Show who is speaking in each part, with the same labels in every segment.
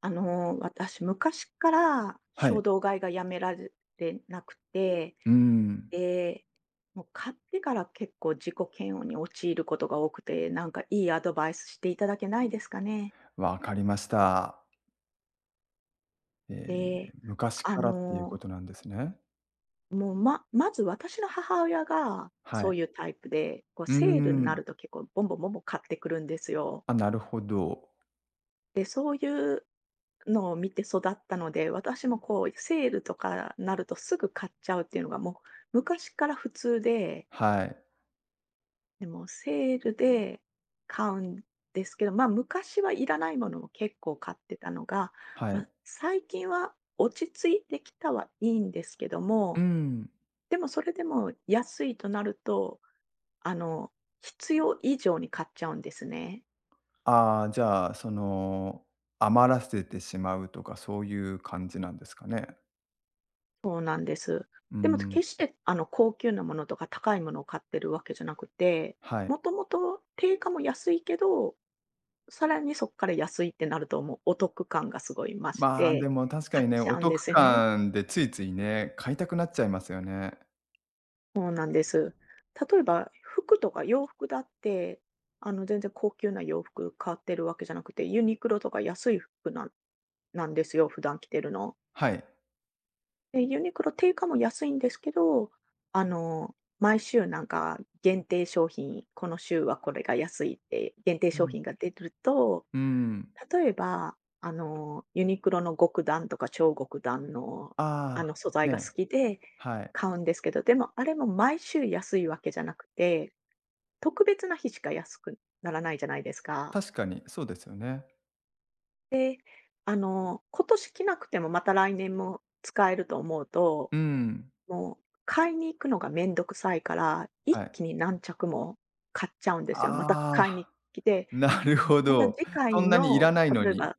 Speaker 1: 私、昔から
Speaker 2: はい。
Speaker 1: 衝動買いがやめられなくて、
Speaker 2: うーん、
Speaker 1: で、もう買ってから結構自己嫌悪に陥ることが多くて、なんかいいアドバイスしていただけないですかね。
Speaker 2: わかりました。ええ、
Speaker 1: で、
Speaker 2: 昔
Speaker 1: あ
Speaker 2: からっていうこ
Speaker 1: の、
Speaker 2: となんですね。
Speaker 1: もうまず私の母親が
Speaker 2: は
Speaker 1: そう
Speaker 2: い。
Speaker 1: いうタイプで、こう
Speaker 2: うー
Speaker 1: セールにな
Speaker 2: ん、
Speaker 1: ると結構ボンボンボンボン買ってくるんですよ。
Speaker 2: あ、なるほど。
Speaker 1: で、そういうのを見て育ったので、私もこうセールとかなるとすぐ買っちゃうっていうのがもう昔から普通で、
Speaker 2: はい、
Speaker 1: でもセールで買うんですけど、まあ昔はいらないものも結構買ってたのが、
Speaker 2: は
Speaker 1: ま
Speaker 2: い。
Speaker 1: あ、最近は落ち着いてきたはいいんですけど
Speaker 2: うー
Speaker 1: も、
Speaker 2: ん。
Speaker 1: でもそれでも安いとなると、あの、必要以上に買っちゃうんですね。
Speaker 2: ああ、じゃあ、余らせてしまうとか、そういう感じなんですかね。
Speaker 1: そうなんです。
Speaker 2: うー
Speaker 1: でも
Speaker 2: ん、
Speaker 1: 決して高級なものとか高いものを買ってるわけじゃなくて、
Speaker 2: はい。
Speaker 1: もともと定価も安いけど、さらにそこから安いってなるともうお得感がすごい増し
Speaker 2: まあ、で
Speaker 1: て、
Speaker 2: も確か
Speaker 1: 買
Speaker 2: に
Speaker 1: っ
Speaker 2: ね、
Speaker 1: ち
Speaker 2: お
Speaker 1: ゃうんで
Speaker 2: 得
Speaker 1: すよね。
Speaker 2: 感 でついついね、買いたくなっちゃいますよね。
Speaker 1: そうなんです。例えば服とか洋服だって、全然高級な洋服買ってるわけじゃなくて、ユニクロとか安い服なんですよ、普段着てるの。
Speaker 2: はい。
Speaker 1: で、ユニクロ定価も安いんですけど、毎週なんか限定商品、この週はこれが安いって限定
Speaker 2: う
Speaker 1: 商
Speaker 2: ん、
Speaker 1: 品が出ると、
Speaker 2: うーん。
Speaker 1: 例えば、ユニクロの極弾とか超極弾の
Speaker 2: ああ、
Speaker 1: 素材が好
Speaker 2: ね、
Speaker 1: きで
Speaker 2: はい。
Speaker 1: 買うんですけど、でもあれも毎週安いわけじゃなくて、特別な日しか安くならないじゃないですか。
Speaker 2: 確かにそうですよね。
Speaker 1: 今年着なくてもまた来年も使えると思うと、
Speaker 2: うーん、
Speaker 1: もう、買いに行くのがめんどくさいから、
Speaker 2: は
Speaker 1: 一
Speaker 2: い。
Speaker 1: 気に何着も買っちゃうんですよ。また
Speaker 2: ああ、
Speaker 1: 買いに来て、
Speaker 2: なるほ
Speaker 1: また
Speaker 2: ど。
Speaker 1: 次
Speaker 2: そ
Speaker 1: 回
Speaker 2: んなにいら
Speaker 1: の、
Speaker 2: ないの
Speaker 1: 例え
Speaker 2: に、
Speaker 1: ば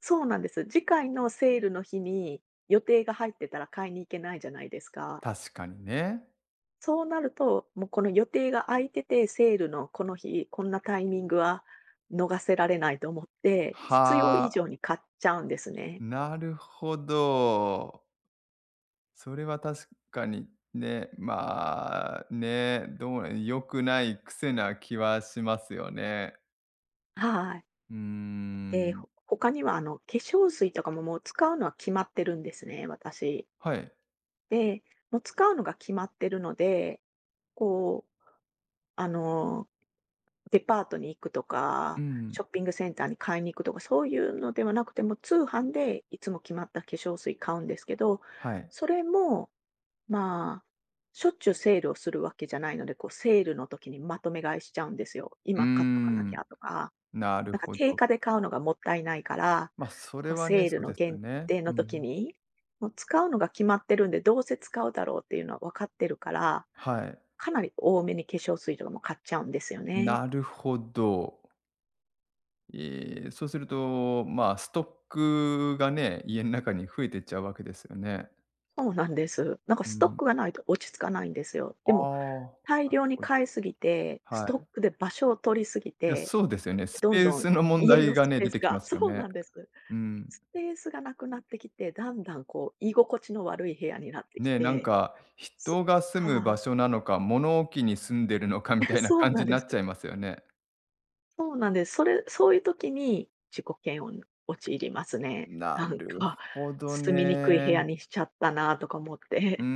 Speaker 1: そうなんです。次回のセールの日に予定が入ってたら買いに行けないじゃないですか。
Speaker 2: 確かにね。
Speaker 1: そうなると、もうこの予定が空いてて、セールのこの日、こんなタイミングは逃せられないと思って、必要
Speaker 2: は
Speaker 1: 以
Speaker 2: あ、
Speaker 1: 上に買っちゃうんですね。
Speaker 2: なるほど。それは確かにね、まあ、ね、どう良くない癖な気はしますよね。
Speaker 1: はい。
Speaker 2: うー
Speaker 1: で、
Speaker 2: ん。
Speaker 1: 他には化粧水とかももう使うのは決まってるんですね、私。
Speaker 2: はい。
Speaker 1: で、もう使うのが決まってるので、こう、あの、デパートに行くと
Speaker 2: う
Speaker 1: か、
Speaker 2: ん、
Speaker 1: ショッピングセンターに買いに行くとか、そういうのではなくても、通販でいつも決まった化粧水買うんですけど、
Speaker 2: はい。
Speaker 1: それも、まあ、しょっちゅうセールをするわけじゃないので、こう、セールの時にまとめ買いしちゃうんですよ。
Speaker 2: うー
Speaker 1: 今買っとかなき
Speaker 2: ん、
Speaker 1: ゃとか。
Speaker 2: なる
Speaker 1: なんか
Speaker 2: ほ
Speaker 1: 定
Speaker 2: ど。
Speaker 1: 価で買うのがもったいないから、
Speaker 2: ま、それ
Speaker 1: こう
Speaker 2: はね、
Speaker 1: セール
Speaker 2: そう
Speaker 1: の
Speaker 2: ですよ
Speaker 1: 限
Speaker 2: ね。
Speaker 1: 定の
Speaker 2: う
Speaker 1: 時
Speaker 2: ん。
Speaker 1: に、もう使うのが決まってるんで、どうせ使うだろうっていうのは分かってるから、
Speaker 2: はい、
Speaker 1: かなり多めに化粧水とかも買っちゃうんですよね。
Speaker 2: なるほど。ええ、そうすると、まあ、ストックがね、家の中に増えてっちゃうわけですよね。
Speaker 1: そうなんです。なんか
Speaker 2: う
Speaker 1: ストッ
Speaker 2: ん。
Speaker 1: クがないと落ち着かないんですよ。
Speaker 2: ああ、
Speaker 1: でも
Speaker 2: ほ
Speaker 1: 大量に
Speaker 2: ど。
Speaker 1: 買いすぎて、ス
Speaker 2: はい。
Speaker 1: トックで場所を取りすぎ
Speaker 2: いや、
Speaker 1: て、
Speaker 2: そうですよね。ス
Speaker 1: どん
Speaker 2: ペー
Speaker 1: どん
Speaker 2: スの問
Speaker 1: 家
Speaker 2: 題
Speaker 1: の
Speaker 2: が
Speaker 1: ス
Speaker 2: ね、
Speaker 1: ペー
Speaker 2: 出
Speaker 1: ス
Speaker 2: てきま
Speaker 1: が
Speaker 2: すよ
Speaker 1: そうな
Speaker 2: ね。
Speaker 1: んです。
Speaker 2: うん。
Speaker 1: スペースがなくなってきて、だんだんこう居心地の悪い部屋になってき
Speaker 2: ね、なん
Speaker 1: て、
Speaker 2: か、人
Speaker 1: す
Speaker 2: が住む
Speaker 1: は
Speaker 2: 場
Speaker 1: い。
Speaker 2: 所なのか、物置に住んでるのかみた いな
Speaker 1: そう
Speaker 2: 感
Speaker 1: な
Speaker 2: じ
Speaker 1: ん
Speaker 2: に
Speaker 1: で
Speaker 2: な
Speaker 1: す。
Speaker 2: っちゃいますよね。
Speaker 1: そうなんです。そういう時に自己嫌悪に陥りますね。
Speaker 2: な
Speaker 1: なん
Speaker 2: る
Speaker 1: か、
Speaker 2: ほど
Speaker 1: 住みにくい
Speaker 2: ね。
Speaker 1: 部屋にしちゃったなとか思っ
Speaker 2: うー
Speaker 1: て。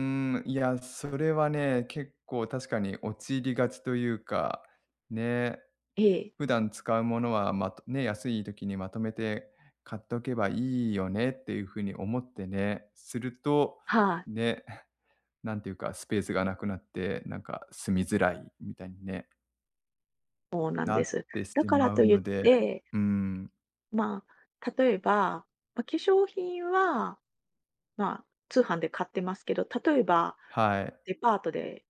Speaker 2: ん、いや、それはね、結構確かに陥りがちというか、ね、
Speaker 1: ええ、
Speaker 2: 普段使うものは、まとね、安い時にまとめて買っとけばいいよねっていうふうに思ってね、すると、
Speaker 1: はい、
Speaker 2: ね、なんていうか、スペースがなくなって、なんか住みづらいみたいにね、
Speaker 1: そうなん
Speaker 2: な
Speaker 1: で
Speaker 2: っ
Speaker 1: す。
Speaker 2: てし
Speaker 1: だから
Speaker 2: まう
Speaker 1: とい
Speaker 2: の
Speaker 1: っ
Speaker 2: で、う
Speaker 1: て、
Speaker 2: ーん、
Speaker 1: まあ、例えば、まあ、化粧品は、まあ、通販で買ってますけど、例えば
Speaker 2: はい。
Speaker 1: デパートで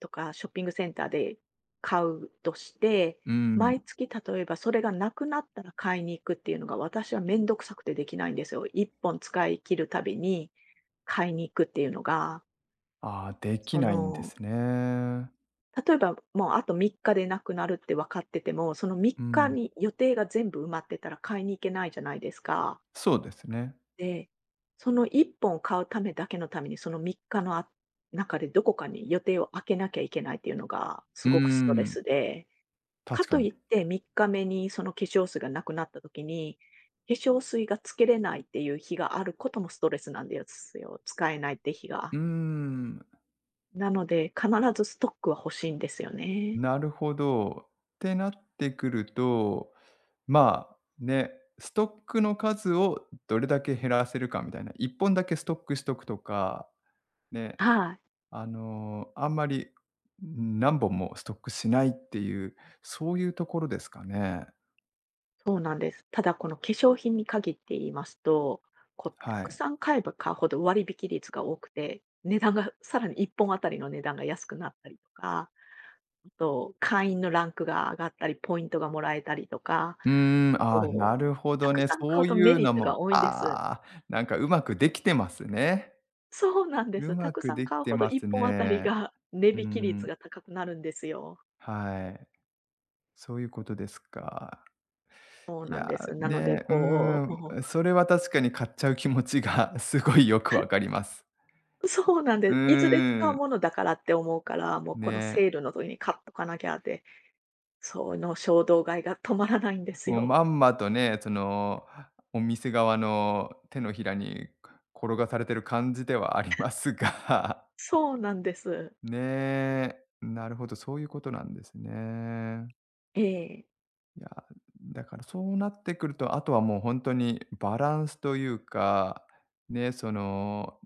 Speaker 1: とかショッピングセンターで買うとして、
Speaker 2: うん。
Speaker 1: 毎月例えばそれがなくなったら買いに行くっていうのが、私はめんどくさくてできないんですよ。1本使い切るたびに買いに行くっていうのが、
Speaker 2: ああ、でき
Speaker 1: そ
Speaker 2: ないんで
Speaker 1: の、
Speaker 2: すね。
Speaker 1: 例えばもうあと3日でなくなるって分かってても、その3
Speaker 2: う
Speaker 1: 日
Speaker 2: ん、
Speaker 1: に予定が全部埋まってたら買いに行けないじゃないですか。
Speaker 2: そうですね。
Speaker 1: で、その1本買うためだけのために、その3日の中でどこかに予定を空けなきゃいけないっていうのが
Speaker 2: う
Speaker 1: す
Speaker 2: ー
Speaker 1: ごくストレ
Speaker 2: ん、
Speaker 1: スで、か
Speaker 2: 確か
Speaker 1: と
Speaker 2: に。
Speaker 1: いって3日目にその化粧水がなくなった時に、化粧水がつけれないっていう日があることもストレスなんですよ。使えないって日
Speaker 2: うー
Speaker 1: が。
Speaker 2: ん、
Speaker 1: なので、必ずストックは欲しいんですよね。
Speaker 2: なるほど。ってなってくると、まあ、ね、ストックの数をどれだけ減らせるかみたいな、1本だけストックしとくとか、ね、
Speaker 1: はい。
Speaker 2: あんまり何本もストックしないっていう、そういうところですかね。
Speaker 1: そうなんです。ただこの化粧品に限って言いますと、こうた
Speaker 2: は
Speaker 1: く
Speaker 2: い。
Speaker 1: さん買えば買うほど割引率が多くて、値段がさらに1本あたりの値段が安くなったりとか、あと会員のランクが上がったり、ポイントがもらえたりとか、
Speaker 2: うーん、ああ、な
Speaker 1: こう、
Speaker 2: るほ
Speaker 1: た
Speaker 2: ど
Speaker 1: く
Speaker 2: ね。
Speaker 1: さん
Speaker 2: そ
Speaker 1: 買う
Speaker 2: う
Speaker 1: と
Speaker 2: い
Speaker 1: メ
Speaker 2: う
Speaker 1: リ
Speaker 2: の
Speaker 1: ットが
Speaker 2: も、
Speaker 1: 多いんです。
Speaker 2: ああ、なんかうまくできてますね。
Speaker 1: そうなんで
Speaker 2: う
Speaker 1: す。た
Speaker 2: ま
Speaker 1: く
Speaker 2: く
Speaker 1: さん
Speaker 2: でき
Speaker 1: 買う
Speaker 2: て
Speaker 1: ほど
Speaker 2: ます
Speaker 1: 1本あたり
Speaker 2: ね。
Speaker 1: が値
Speaker 2: う
Speaker 1: 引き率
Speaker 2: ん、
Speaker 1: が高くなるんですよ。
Speaker 2: はい。そういうことですか。
Speaker 1: そう
Speaker 2: い
Speaker 1: な
Speaker 2: や、
Speaker 1: んです。なので
Speaker 2: ね、う
Speaker 1: こう、も
Speaker 2: ーん、
Speaker 1: う
Speaker 2: それは確かに買っちゃう気持ちが すごいよくわかります。
Speaker 1: そうなんで
Speaker 2: う
Speaker 1: す、いずれ使
Speaker 2: ー
Speaker 1: う
Speaker 2: ん、
Speaker 1: ものだからって思うから、もうこの
Speaker 2: ね、
Speaker 1: セールの時に買っとかなきゃって、その衝動買いが止まらないんです
Speaker 2: もう
Speaker 1: よ。
Speaker 2: まんまとね、お店側の手のひらに転がされてる感じではありますが、
Speaker 1: そうなんです。
Speaker 2: ねえ、なるほど、そういうことなんですね。
Speaker 1: ええ、
Speaker 2: いや、だからそうなってくると、あとはもう本当にバランスというか、ね、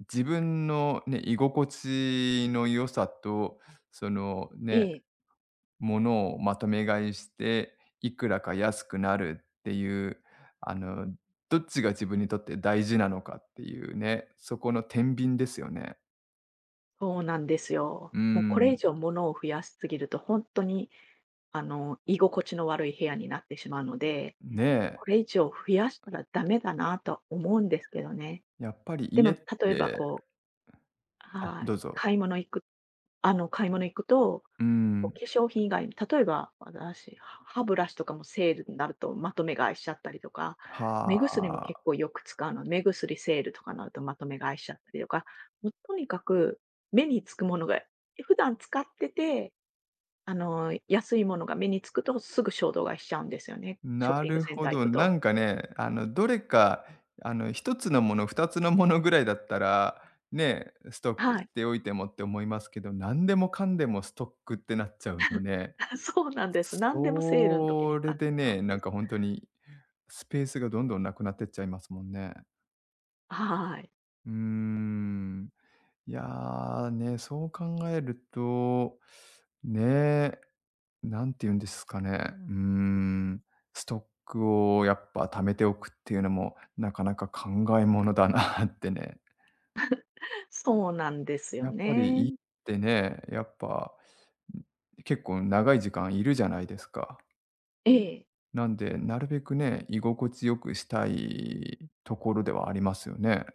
Speaker 2: 自分のね、居心地の良さと、その
Speaker 1: え
Speaker 2: ね、
Speaker 1: え、
Speaker 2: ものをまとめ買いして、いくらか安くなるっていう、あの、どっちが自分にとって大事なのかっていうね、そこの天秤ですよね。
Speaker 1: そうなんです
Speaker 2: う
Speaker 1: よ。
Speaker 2: ー
Speaker 1: もうこれ以
Speaker 2: ん。
Speaker 1: 上物を増やしすぎると、本当に居心地の悪い部屋になってしまうので、
Speaker 2: ねえ、
Speaker 1: これ以上増やしたらダメだなと思うんですけどね。
Speaker 2: やっぱり
Speaker 1: で
Speaker 2: 家っ
Speaker 1: も、
Speaker 2: て、
Speaker 1: 例えばこう
Speaker 2: あ、
Speaker 1: はい。
Speaker 2: どうぞ。
Speaker 1: 買い物行くと、
Speaker 2: うー
Speaker 1: こ
Speaker 2: ん。
Speaker 1: う化粧品以外に、例えば私、歯ブラシとかもセールになるとまとめ買いしちゃったりとか、
Speaker 2: は
Speaker 1: 目薬も結
Speaker 2: あ。
Speaker 1: 構よく使うので、目薬セールとかになるとまとめ買いしちゃったりとか、もうとにかく目につくものが、普段使ってて、安いものが目につくとすぐ衝動買いしちゃうんですよね。ショッ
Speaker 2: な
Speaker 1: ピング
Speaker 2: る
Speaker 1: セン
Speaker 2: ほ
Speaker 1: ター行
Speaker 2: ど。
Speaker 1: く
Speaker 2: な
Speaker 1: と。
Speaker 2: んかね、どれか、一つのもの、2つのものぐらいだったら、ね、ストック
Speaker 1: は
Speaker 2: し
Speaker 1: い。
Speaker 2: ておいてもって思いますけど、何でもかんでもストックってなっちゃうのね。
Speaker 1: そうなんです。何でもセールの時
Speaker 2: そ
Speaker 1: に
Speaker 2: れ
Speaker 1: 買っち
Speaker 2: で
Speaker 1: ゃう
Speaker 2: ね、
Speaker 1: ん
Speaker 2: な
Speaker 1: で
Speaker 2: ん
Speaker 1: す。
Speaker 2: か本当にスペースがどんどんなくなってっちゃいますもんね。
Speaker 1: はい。
Speaker 2: うーん。いや、ね、そう考えると、ね、なんて言うんですかね、うーん、ストックをやっぱ貯めておくっていうのも、なかなか考えものだなってね。
Speaker 1: そうなんです
Speaker 2: や
Speaker 1: よ
Speaker 2: っぱり
Speaker 1: ね。
Speaker 2: 家ってね、やっぱ、結構長い時間いるじゃないですか。
Speaker 1: ええ、
Speaker 2: なんで、なるべくね、居心地良くしたいところではありますよね。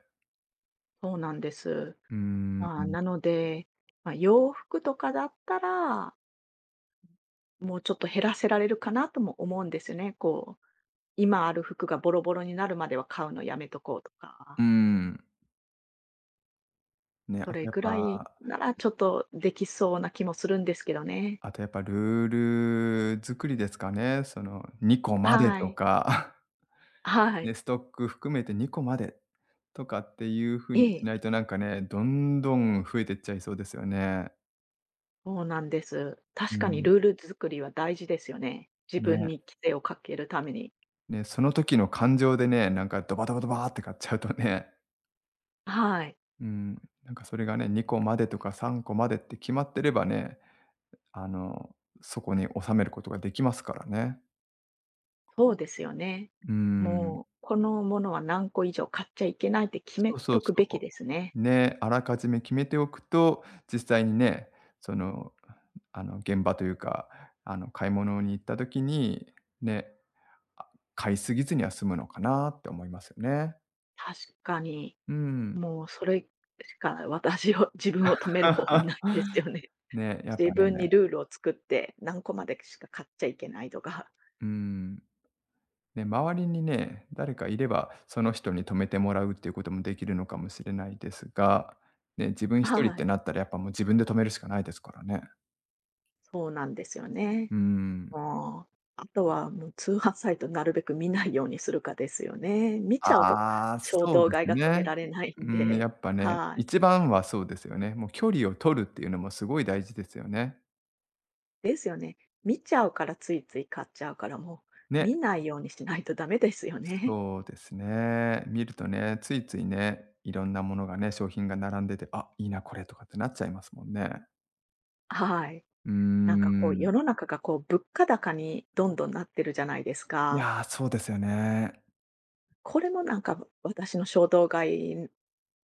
Speaker 1: そうなんです。
Speaker 2: うーん、う
Speaker 1: まあ、
Speaker 2: ん、
Speaker 1: なので、まあ、洋服とかだったら、もうちょっと減らせられるかなとも思うんですよね。こう、今ある服がボロボロになるまでは買うのやめとこうとか、
Speaker 2: ん。ね、
Speaker 1: そ
Speaker 2: あと
Speaker 1: れ
Speaker 2: やっ
Speaker 1: ぐらい
Speaker 2: ぱ
Speaker 1: ならちょっとできそうな気もするんですけどね。
Speaker 2: あとやっぱルール作りですかね。その2個まで
Speaker 1: は
Speaker 2: と
Speaker 1: い。
Speaker 2: か、
Speaker 1: は
Speaker 2: ね、
Speaker 1: い。
Speaker 2: ストック含めて2個までとかっていう風
Speaker 1: え
Speaker 2: にし
Speaker 1: え、
Speaker 2: ないとなんかね、どんどん増えてっちゃいそうですよね。
Speaker 1: そうなんです。確
Speaker 2: う
Speaker 1: かに
Speaker 2: ん、
Speaker 1: ルール作りは大事ですよね。自分
Speaker 2: ね、
Speaker 1: に規制をかけるために。
Speaker 2: ね、その時の感情でね、なんかドバドバドバーって買っちゃうとね、
Speaker 1: はい。
Speaker 2: うん、なんかそれがね、2個までとか3個までって決まってればね、あの、そこに収めることができますからね。
Speaker 1: そうですよね。
Speaker 2: うーん。
Speaker 1: もう、このものは何個以上買っちゃいけないって決
Speaker 2: そう
Speaker 1: め
Speaker 2: そう
Speaker 1: とくべき
Speaker 2: そ
Speaker 1: ですね。
Speaker 2: う。ね、あらかじめ決めておくと、実際にね、その、現場というか、買い物に行った時に、ね、あ、買いすぎずには済むのかなって思いますよね。
Speaker 1: 確かに。
Speaker 2: うん。
Speaker 1: もうそれしか自分を止める方法 ないですよね。
Speaker 2: ね、や っ
Speaker 1: 自
Speaker 2: ぱね、
Speaker 1: 分にルールを作って、何個までしか買っちゃいけないとか。
Speaker 2: うん。ね、周りにね、誰かいれば、その人に止めてもらうっていうこともできるのかもしれないですが、ね、自分 一人っ
Speaker 1: は
Speaker 2: て
Speaker 1: い。
Speaker 2: なったらやっぱもう自分で止めるしかないですからね。
Speaker 1: そうなんですよね。
Speaker 2: うん。
Speaker 1: もう、あとはもう通販サイトなるべく見ないようにするかですよね。見ちゃうと
Speaker 2: ああ、
Speaker 1: 衝
Speaker 2: そう
Speaker 1: 動
Speaker 2: で
Speaker 1: 買い
Speaker 2: す
Speaker 1: が止め
Speaker 2: ね。
Speaker 1: られないん
Speaker 2: うん、や
Speaker 1: で。
Speaker 2: っぱね、
Speaker 1: はい。
Speaker 2: 一番はそうですよね。もう距離を取るっていうのもすごい大事ですよね。
Speaker 1: ですよね。見ちゃうから、ついつい買っちゃうから、もう
Speaker 2: ね、
Speaker 1: 見ないようにしないとダメですよね。
Speaker 2: そうですね。見るとね、ついついね、いろんなものがね、商品が並んでて、「あ、いいな、これ」とかってなっちゃいますもんね。
Speaker 1: はい。
Speaker 2: うー
Speaker 1: なんかこう、
Speaker 2: ん。
Speaker 1: 世の中がこう、物価高にどんどんなってるじゃないです
Speaker 2: い
Speaker 1: か。
Speaker 2: や、そうですよね。
Speaker 1: これもなんか私の衝動買い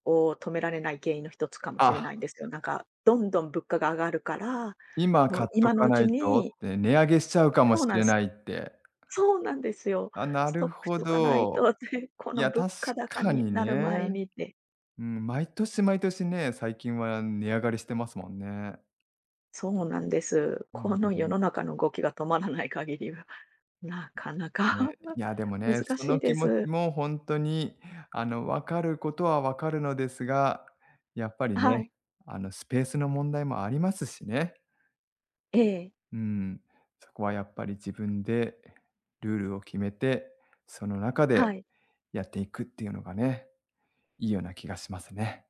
Speaker 1: を止められない原因の一つかもしれ
Speaker 2: あ、
Speaker 1: ないんですよ。なんか、どんどん物価が上がるから、
Speaker 2: 今
Speaker 1: も
Speaker 2: 買っ
Speaker 1: う
Speaker 2: と
Speaker 1: 今の
Speaker 2: か
Speaker 1: う
Speaker 2: な
Speaker 1: ち
Speaker 2: いと
Speaker 1: に
Speaker 2: って値上げしちゃうかも
Speaker 1: そう
Speaker 2: し
Speaker 1: なん
Speaker 2: れ
Speaker 1: で
Speaker 2: な
Speaker 1: す。
Speaker 2: いって。
Speaker 1: そうなんですよ。
Speaker 2: あ、な
Speaker 1: ス
Speaker 2: る
Speaker 1: トックし
Speaker 2: ほ
Speaker 1: とかない
Speaker 2: ど。
Speaker 1: とでこ
Speaker 2: い
Speaker 1: の
Speaker 2: や、
Speaker 1: 物
Speaker 2: 確
Speaker 1: 価高
Speaker 2: か
Speaker 1: に
Speaker 2: に
Speaker 1: なる前
Speaker 2: ね。
Speaker 1: にって。
Speaker 2: うん、毎年毎年ね、最近は値上がりしてますもんね。
Speaker 1: そうなんです。
Speaker 2: う
Speaker 1: この世
Speaker 2: ん、
Speaker 1: の中の動きが止まらない限りは、なかな
Speaker 2: ね、
Speaker 1: か
Speaker 2: い や、でもね、
Speaker 1: 難
Speaker 2: そ
Speaker 1: し
Speaker 2: の
Speaker 1: い
Speaker 2: 気
Speaker 1: で
Speaker 2: 持ち
Speaker 1: す。
Speaker 2: も本当に、分かることは分かるのですが、やっぱり
Speaker 1: は
Speaker 2: ね、
Speaker 1: い。
Speaker 2: スペースの問題もありますしね。
Speaker 1: ええ。
Speaker 2: うん、そこはやっぱり自分でルールを決めて、その中で
Speaker 1: はい。
Speaker 2: やっていくっていうのがね、いいような気がしますね。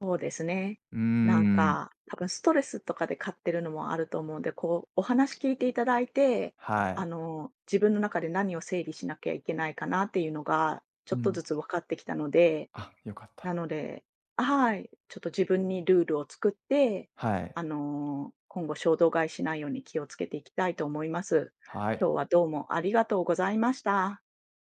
Speaker 1: そうですね。
Speaker 2: うー
Speaker 1: なん
Speaker 2: ん、
Speaker 1: か、多分ストレスとかで買ってるのもあると思うんで、こう、お話聞いていただいて、
Speaker 2: はい。
Speaker 1: 自分の中で何を整理しなきゃいけないかなっていうのが、ち
Speaker 2: う
Speaker 1: ょっと
Speaker 2: ん、
Speaker 1: ずつ分かってきたので、
Speaker 2: あ、よかった。
Speaker 1: なのであ、はい、ちょっと自分にルールを作って、
Speaker 2: はい。
Speaker 1: 今後衝動買いしないように気をつけていきたいと思います。
Speaker 2: はい。
Speaker 1: 今日はどうもありがとうございました。